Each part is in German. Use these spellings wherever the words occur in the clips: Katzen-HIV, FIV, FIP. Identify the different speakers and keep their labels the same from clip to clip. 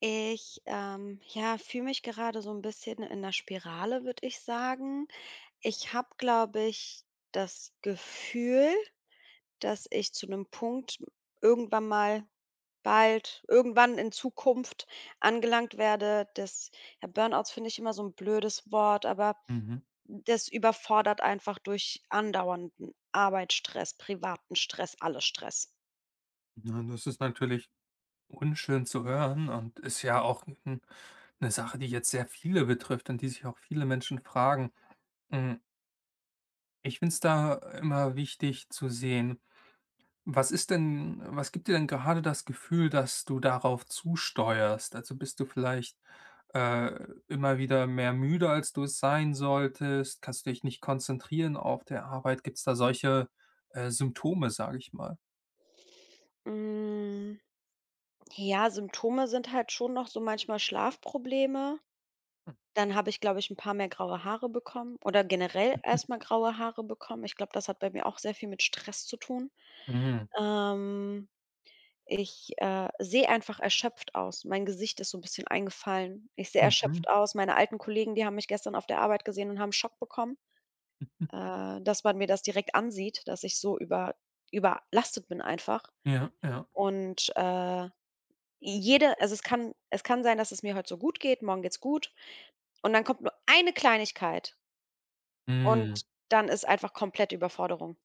Speaker 1: Ich, ja, fühle mich gerade so ein bisschen in der Spirale, würde ich sagen. Ich habe, glaube ich, das Gefühl, dass ich zu einem Punkt irgendwann mal bald irgendwann in Zukunft angelangt werde. Das, ja, Burnouts finde ich immer so ein blödes Wort, aber
Speaker 2: Mhm.
Speaker 1: das überfordert einfach durch andauernden Arbeitsstress, privaten Stress, alles Stress.
Speaker 2: Ja, das ist natürlich unschön zu hören und ist ja auch 'n 'ne Sache, die jetzt sehr viele betrifft und die sich auch viele Menschen fragen. Hm, ich finde es da immer wichtig zu sehen, was ist denn was gibt dir denn gerade das Gefühl, dass du darauf zusteuerst? Also, bist du vielleicht, immer wieder mehr müde, als du es sein solltest? Kannst du dich nicht konzentrieren auf der Arbeit? Gibt es da solche, Symptome, sage ich mal?
Speaker 1: Hm. Ja, Symptome sind halt schon noch so manchmal Schlafprobleme. Dann habe ich, glaube ich, ein paar mehr graue Haare bekommen oder generell erst mal graue Haare bekommen. Ich glaube, das hat bei mir auch sehr viel mit Stress zu tun.
Speaker 2: Mhm.
Speaker 1: Ähm, Ich, sehe einfach erschöpft aus. Mein Gesicht ist so ein bisschen eingefallen. Ich sehe
Speaker 2: Mhm.
Speaker 1: erschöpft aus. Meine alten Kollegen, die haben mich gestern auf der Arbeit gesehen und haben Schock bekommen, dass man mir das direkt ansieht, dass ich so überlastet bin einfach
Speaker 2: Ja, ja.
Speaker 1: und, Jede also, es kann sein, dass es mir heute so gut geht, morgen geht's gut und dann kommt nur eine Kleinigkeit und
Speaker 2: Mhm.
Speaker 1: dann ist einfach komplett Überforderung.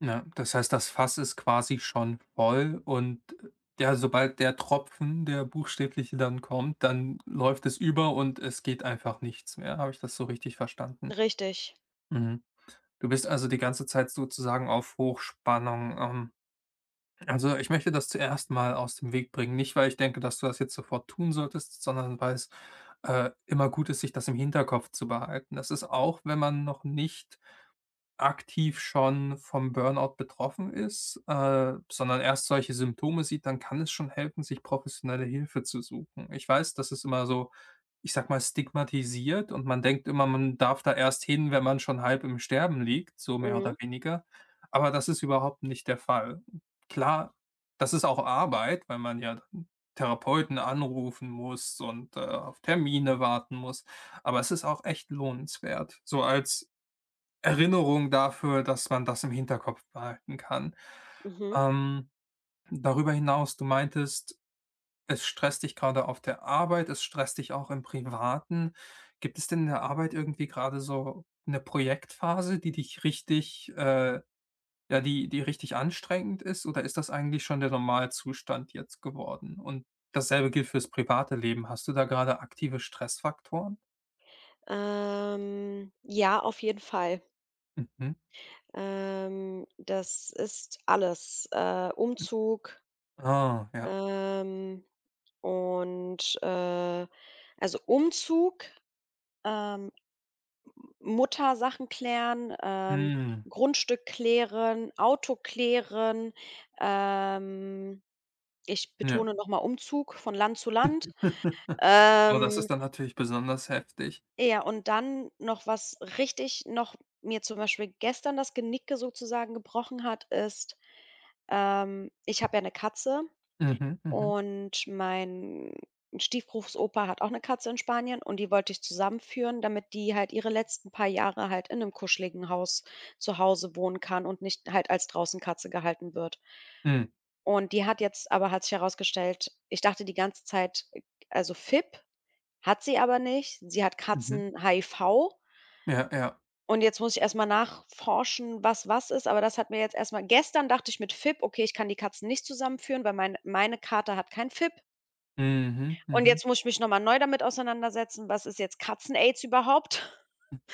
Speaker 2: Ja, das heißt, das Fass ist quasi schon voll und, ja, sobald der Tropfen, der buchstäbliche dann kommt, dann läuft es über und es geht einfach nichts mehr. Habe ich das so richtig verstanden?
Speaker 1: Richtig.
Speaker 2: Mhm. Du bist also die ganze Zeit sozusagen auf Hochspannung. Also, ich möchte das zuerst mal aus dem Weg bringen. Nicht, weil ich denke, dass du das jetzt sofort tun solltest, sondern weil es, immer gut ist, sich das im Hinterkopf zu behalten. Das ist auch, wenn man noch nicht aktiv schon vom Burnout betroffen ist, sondern erst solche Symptome sieht, dann kann es schon helfen, sich professionelle Hilfe zu suchen. Ich weiß, das ist immer so, ich sag mal, stigmatisiert und man denkt immer, man darf da erst hin, wenn man schon halb im Sterben liegt, so mehr
Speaker 1: Mhm,
Speaker 2: oder weniger. Aber das ist überhaupt nicht der Fall. Klar, das ist auch Arbeit, weil man ja dann Therapeuten anrufen muss und auf Termine warten muss. Aber es ist auch echt lohnenswert. So als Erinnerung dafür, dass man das im Hinterkopf behalten kann.
Speaker 1: mhm.
Speaker 2: Ähm, darüber hinaus, du meintest, es stresst dich gerade auf der Arbeit, es stresst dich auch im Privaten. Gibt es denn in der Arbeit irgendwie gerade so eine Projektphase, die dich richtig ja, die richtig anstrengend ist, oder ist das eigentlich schon der Normalzustand jetzt geworden? Und dasselbe gilt fürs private Leben. Hast du da gerade aktive Stressfaktoren?
Speaker 1: Ja, auf jeden Fall.
Speaker 2: Mhm.
Speaker 1: Das ist alles, Umzug,
Speaker 2: Ah, ja.
Speaker 1: ähm, und, also, Umzug, ähm Muttersachen klären,
Speaker 2: Mhm.
Speaker 1: Grundstück klären, Auto klären. Ähm, Ich
Speaker 2: Ja.
Speaker 1: betone noch mal Umzug von Land zu Land.
Speaker 2: Oh, das
Speaker 1: Ähm,
Speaker 2: ist dann natürlich besonders heftig.
Speaker 1: ja, und dann noch was richtig noch mir zum Beispiel gestern das Genick sozusagen gebrochen hat, ist, ich habe ja eine Katze.
Speaker 2: Mhm, mhm,
Speaker 1: Und mein Stiefgroßopa hat auch eine Katze in Spanien und die wollte ich zusammenführen, damit die halt ihre letzten paar Jahre halt in einem kuscheligen Haus zu Hause wohnen kann und nicht halt als draußen Katze gehalten wird.
Speaker 2: mhm,
Speaker 1: Und die hat jetzt aber hat sich herausgestellt, ich dachte die ganze Zeit, also FIP, hat sie aber nicht. Sie hat
Speaker 2: mhm.
Speaker 1: Katzen-HIV
Speaker 2: Ja, ja.
Speaker 1: und jetzt muss ich erst mal nachforschen, was ist, aber das hat mir jetzt erst mal gestern, dachte ich mit FIP: „Okay, ich kann die Katzen nicht zusammenführen, weil meine Kater hat kein FIP.“
Speaker 2: Mhm,
Speaker 1: Und
Speaker 2: mhm.
Speaker 1: jetzt muss ich mich nochmal neu damit auseinandersetzen, was ist jetzt Katzen-Aids überhaupt?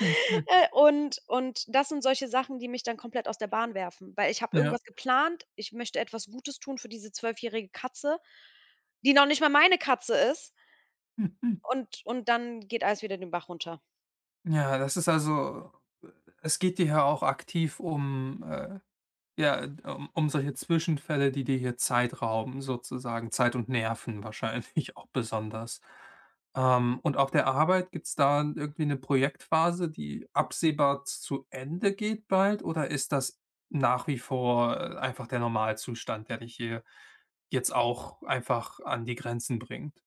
Speaker 2: Hm, hm,
Speaker 1: Und das sind solche Sachen, die mich dann komplett aus der Bahn werfen, weil ich habe
Speaker 2: ja.
Speaker 1: irgendwas geplant. Ich möchte etwas Gutes tun für diese zwölfjährige Katze, die noch nicht mal meine Katze ist,
Speaker 2: Mhm.
Speaker 1: und dann geht alles wieder den Bach runter.
Speaker 2: Ja, das ist also es geht dir ja auch aktiv um, ja, um solche Zwischenfälle, die dir hier Zeit rauben sozusagen, Zeit und Nerven wahrscheinlich auch besonders. Und auf der Arbeit, gibt's da irgendwie eine Projektphase, die absehbar zu Ende geht bald oder ist das nach wie vor, einfach der Normalzustand, der dich hier jetzt auch einfach an die Grenzen bringt?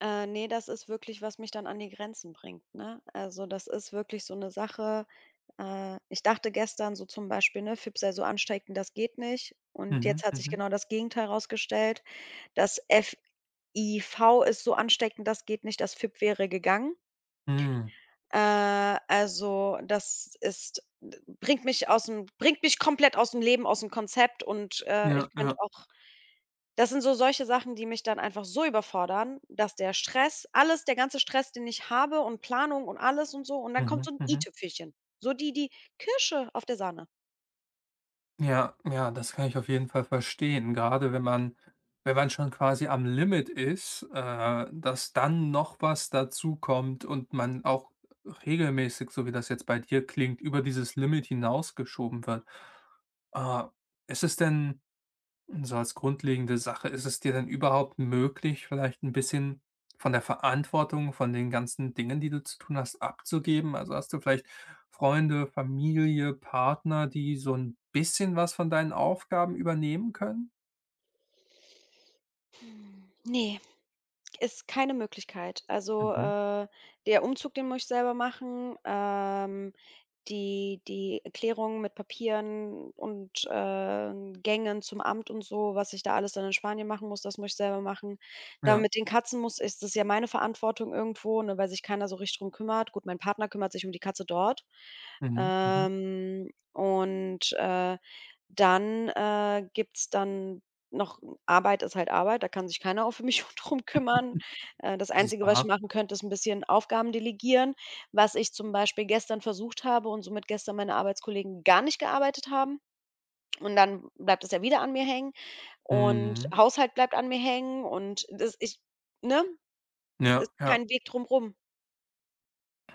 Speaker 1: Ne, das ist wirklich, was mich dann an die Grenzen bringt, ne? Also, das ist wirklich so eine Sache, ich dachte gestern so zum Beispiel, ne, FIP sei so ansteckend, das geht nicht, und
Speaker 2: Mhm,
Speaker 1: jetzt hat sich
Speaker 2: mhm.
Speaker 1: genau das Gegenteil rausgestellt. Das FIV ist so ansteckend, das geht nicht, das FIP wäre gegangen.
Speaker 2: Hm.
Speaker 1: Äh, also, das ist, bringt mich komplett aus'm Leben, aus'm Konzept, und, ich
Speaker 2: Ja,
Speaker 1: könnte
Speaker 2: ja.
Speaker 1: auch, das sind so solche Sachen, die mich dann einfach so überfordern, dass der ganze Stress, den ich habe und Planung und alles und so, und dann kommt
Speaker 2: Mhm,
Speaker 1: so 'n
Speaker 2: mhm.
Speaker 1: i-Tüpfelchen. So die Kirsche auf der Sahne.
Speaker 2: Ja, ja, das kann ich auf jeden Fall verstehen. Gerade wenn man wenn man schon quasi am Limit ist, dass dann noch was dazu kommt und man auch regelmäßig, so wie das jetzt bei dir klingt, über dieses Limit hinausgeschoben wird. Äh, ist es denn und so als grundlegende Sache, ist es dir denn überhaupt möglich, vielleicht ein bisschen von der Verantwortung, von den ganzen Dingen, die du zu tun hast, abzugeben? Also, hast du vielleicht Freunde, Familie, Partner, die so ein bisschen was von deinen Aufgaben übernehmen können?
Speaker 1: Ne, ist keine Möglichkeit. Also,
Speaker 2: Mhm.
Speaker 1: der Umzug, den muss ich selber machen. Die Erklärungen mit Papieren und, Gängen zum Amt und so, was ich da alles dann in Spanien machen muss, das muss ich selber machen. Da
Speaker 2: Ja.
Speaker 1: mit den Katzen, muss ist das ja meine Verantwortung irgendwo, ne, weil sich keiner so richtig drum kümmert. Gut, mein Partner kümmert sich um die Katze dort.
Speaker 2: Mhm, mhm.
Speaker 1: Und, dann, gibt's dann noch, Arbeit ist halt Arbeit, da kann sich keiner auch für mich drum kümmern. Das
Speaker 2: Das ist
Speaker 1: Einzige, was ich
Speaker 2: wahr.
Speaker 1: machen könnte, ist ein bisschen Aufgaben delegieren, was ich zum Beispiel gestern versucht habe und somit gestern meine Arbeitskollegen gar nicht gearbeitet haben. Und dann bleibt es ja wieder an mir hängen und
Speaker 2: Mhm.
Speaker 1: Haushalt bleibt an mir hängen und das ich, ne? Es
Speaker 2: Ja,
Speaker 1: ist
Speaker 2: ja.
Speaker 1: kein Weg drum rum.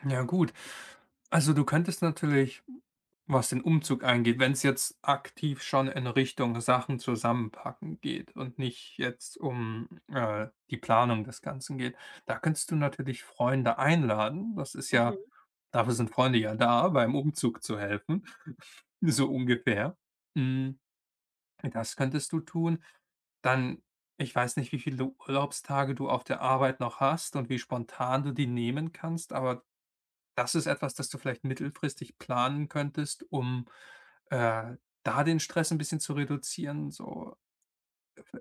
Speaker 2: Ja gut. Also, du könntest natürlich, was den Umzug angeht es jetzt aktiv schon in Richtung Sachen zusammenpacken geht und nicht jetzt um, die Planung des Ganzen geht, da könntest du natürlich Freunde einladen. Das ist ja
Speaker 1: Mhm.
Speaker 2: dafür sind Freunde ja da, beim Umzug zu helfen, so ungefähr. Hm, das könntest du tun. Dann ich weiß nicht, wie viele Urlaubstage du auf der Arbeit noch hast und wie spontan du die nehmen kannst, aber das ist etwas, das du vielleicht mittelfristig planen könntest, um, äh, da den Stress ein bisschen zu reduzieren, so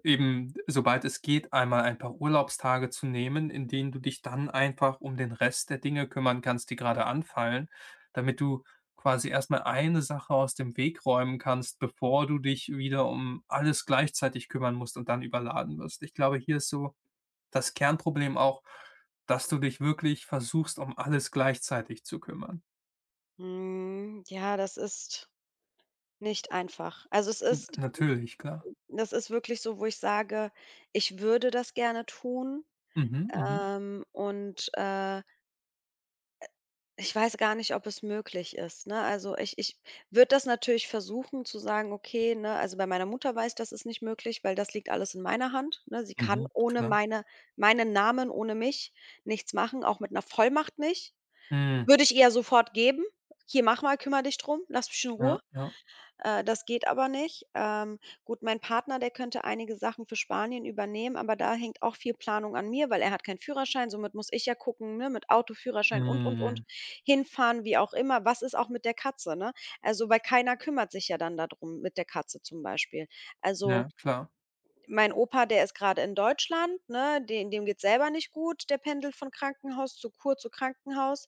Speaker 2: eben, sobald es geht, einmal ein paar Urlaubstage zu nehmen, in denen du dich dann einfach um den Rest der Dinge kümmern kannst, die gerade anfallen, damit du quasi erstmal eine Sache aus dem Weg räumen kannst, bevor du dich wieder um alles gleichzeitig kümmern musst und dann überladen wirst. Ich glaube, hier ist so das Kernproblem auch, dass du dich wirklich versuchst, um alles gleichzeitig zu kümmern.
Speaker 1: Hm, ja, das ist nicht einfach. Also, es
Speaker 2: N
Speaker 1: ist,
Speaker 2: natürlich, klar.
Speaker 1: das ist wirklich so, wo ich sage, ich würde das gerne tun,
Speaker 2: Mhm, mhm,
Speaker 1: und, ich weiß gar nicht, ob es möglich ist, ne? Also, ich würde das natürlich versuchen zu sagen, okay, ne, also, bei meiner Mutter weiß, das ist nicht möglich, weil das liegt alles in meiner Hand, ne? Sie kann
Speaker 2: mhm,
Speaker 1: ohne
Speaker 2: klar.
Speaker 1: meinen Namen, ohne mich nichts machen, auch mit einer Vollmacht nicht.
Speaker 2: Mhm,
Speaker 1: Würde ich ihr sofort geben: „Hier, mach mal, kümmere dich drum, lass mich in Ruhe.“
Speaker 2: ja, ja.
Speaker 1: Das geht aber nicht. Gut, mein Partner, der könnte einige Sachen für Spanien übernehmen, aber da hängt auch viel Planung an mir, weil er hat keinen Führerschein, somit muss ich ja gucken, ne, mit Auto, Führerschein und,
Speaker 2: Mhm,
Speaker 1: hinfahren, wie auch immer. Was ist auch mit der Katze, ne? Also, weil keiner kümmert sich ja dann darum mit der Katze zum Beispiel. Also
Speaker 2: ja, klar.
Speaker 1: mein Opa, der ist gerade in Deutschland, ne? Den Dem geht's selber nicht gut, der pendelt von Krankenhaus zu Kur zu Krankenhaus.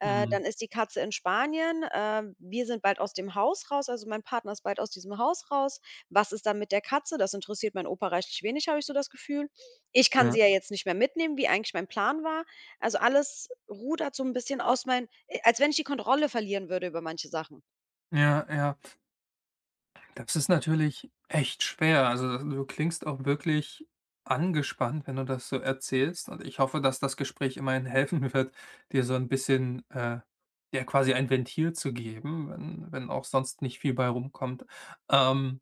Speaker 2: Mhm,
Speaker 1: Dann ist die Katze in Spanien. Wir sind bald aus dem Haus raus, also mein Partner ist bald aus diesem Haus raus. Was ist dann mit der Katze? Das interessiert meinen Opa reichlich wenig, habe ich so das Gefühl. Ich kann
Speaker 2: ja,
Speaker 1: sie ja jetzt nicht mehr mitnehmen, wie eigentlich mein Plan war. Also, alles rudert so ein bisschen aus, mein als wenn ich die Kontrolle verlieren würde über manche Sachen.
Speaker 2: ja, ja. Das ist natürlich echt schwer. Also, du klingst auch wirklich angespannt, wenn du das so erzählst und ich hoffe, dass das Gespräch immerhin helfen wird, dir so 'n bisschen, ja, quasi ein Ventil zu geben, wenn auch sonst nicht viel bei rumkommt. Ähm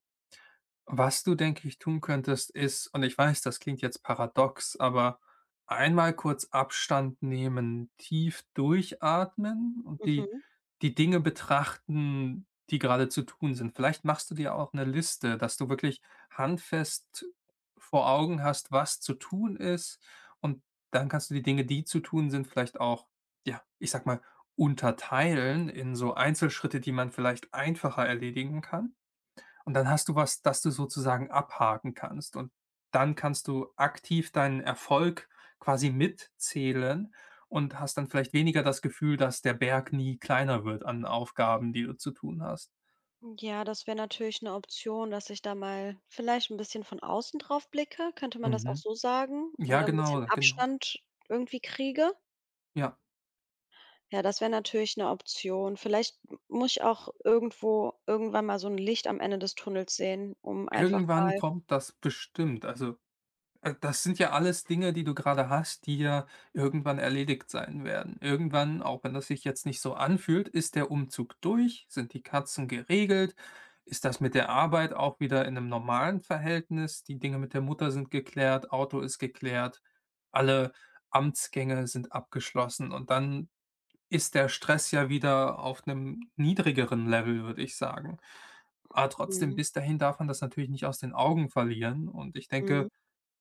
Speaker 2: Was du, denke ich, tun könntest, ist und ich weiß, das klingt jetzt paradox, aber einmal kurz Abstand nehmen, tief durchatmen und die
Speaker 1: Mhm.
Speaker 2: Dinge betrachten, die gerade zu tun sind. Vielleicht machst du dir auch eine Liste, dass du wirklich handfest vor Augen hast, was zu tun ist und dann kannst du die Dinge, die zu tun sind, vielleicht auch, ja, ich sag mal, unterteilen in so Einzelschritte, die man vielleicht einfacher erledigen kann. Und dann hast du was, das du sozusagen abhaken kannst. Und dann kannst du aktiv deinen Erfolg quasi mitzählen und hast dann vielleicht weniger das Gefühl, dass der Berg nie kleiner wird an Aufgaben, die du zu tun hast.
Speaker 1: Ja, das wäre natürlich eine Option, dass ich da mal vielleicht ein bisschen von außen drauf blicke. Könnte man das auch
Speaker 2: Mhm.
Speaker 1: so sagen und
Speaker 2: Ja,
Speaker 1: dann ein bisschen
Speaker 2: genau, genau.
Speaker 1: Abstand irgendwie kriege?
Speaker 2: Ja,
Speaker 1: Ja, das wäre natürlich eine Option. Vielleicht m muss ich auch irgendwo irgendwann mal so ein Licht am Ende des Tunnels sehen, um einfach
Speaker 2: irgendwann
Speaker 1: mal.
Speaker 2: kommt das bestimmt. Also das sind ja alles Dinge, die du gerade hast, die ja irgendwann erledigt sein werden. Irgendwann, auch wenn das sich jetzt nicht so anfühlt, ist der Umzug durch, sind die Katzen geregelt, ist das mit der Arbeit auch wieder in einem normalen Verhältnis, die Dinge mit der Mutter sind geklärt, Auto ist geklärt, alle Amtsgänge sind abgeschlossen und dann ist der Stress ja wieder auf einem niedrigeren Level, würde ich sagen. Aber trotzdem
Speaker 1: Mhm,
Speaker 2: bis dahin darf man das natürlich nicht aus den Augen verlieren und ich
Speaker 1: mhm.
Speaker 2: denke,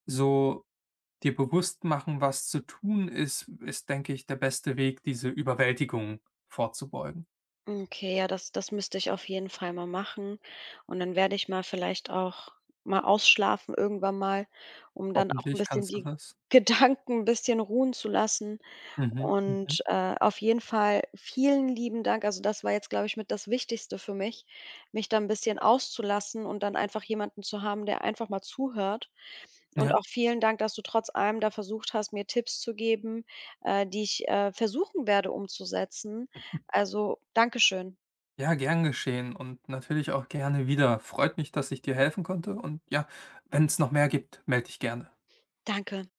Speaker 2: so Dir bewusst machen, was zu tun ist, ist, denke ich, der beste Weg, diese Überwältigung vorzubeugen.
Speaker 1: Okay, ja, das müsste ich auf jeden Fall mal machen, und dann werde ich mal vielleicht auch mal ausschlafen irgendwann mal, um dann auch ein
Speaker 2: Hoffentlich
Speaker 1: bisschen
Speaker 2: kannst du
Speaker 1: die
Speaker 2: das.
Speaker 1: Gedanken ein bisschen ruhen zu lassen.
Speaker 2: Mhm, mhm.
Speaker 1: Und, auf jeden Fall vielen lieben Dank. Also, das war jetzt, glaube ich, mit das Wichtigste für mich, mich da 'n bisschen auszulassen und dann einfach jemanden zu haben, der einfach mal zuhört. Und
Speaker 2: Ja.
Speaker 1: auch vielen Dank, dass du trotz allem da versucht hast, mir Tipps zu geben, die ich, versuchen werde umzusetzen. Also, Dankeschön.
Speaker 2: Ja, gern geschehen und natürlich auch gerne wieder. Freut mich, dass ich dir helfen konnte und ja, wenn es noch mehr gibt, melde dich gerne.
Speaker 1: Danke.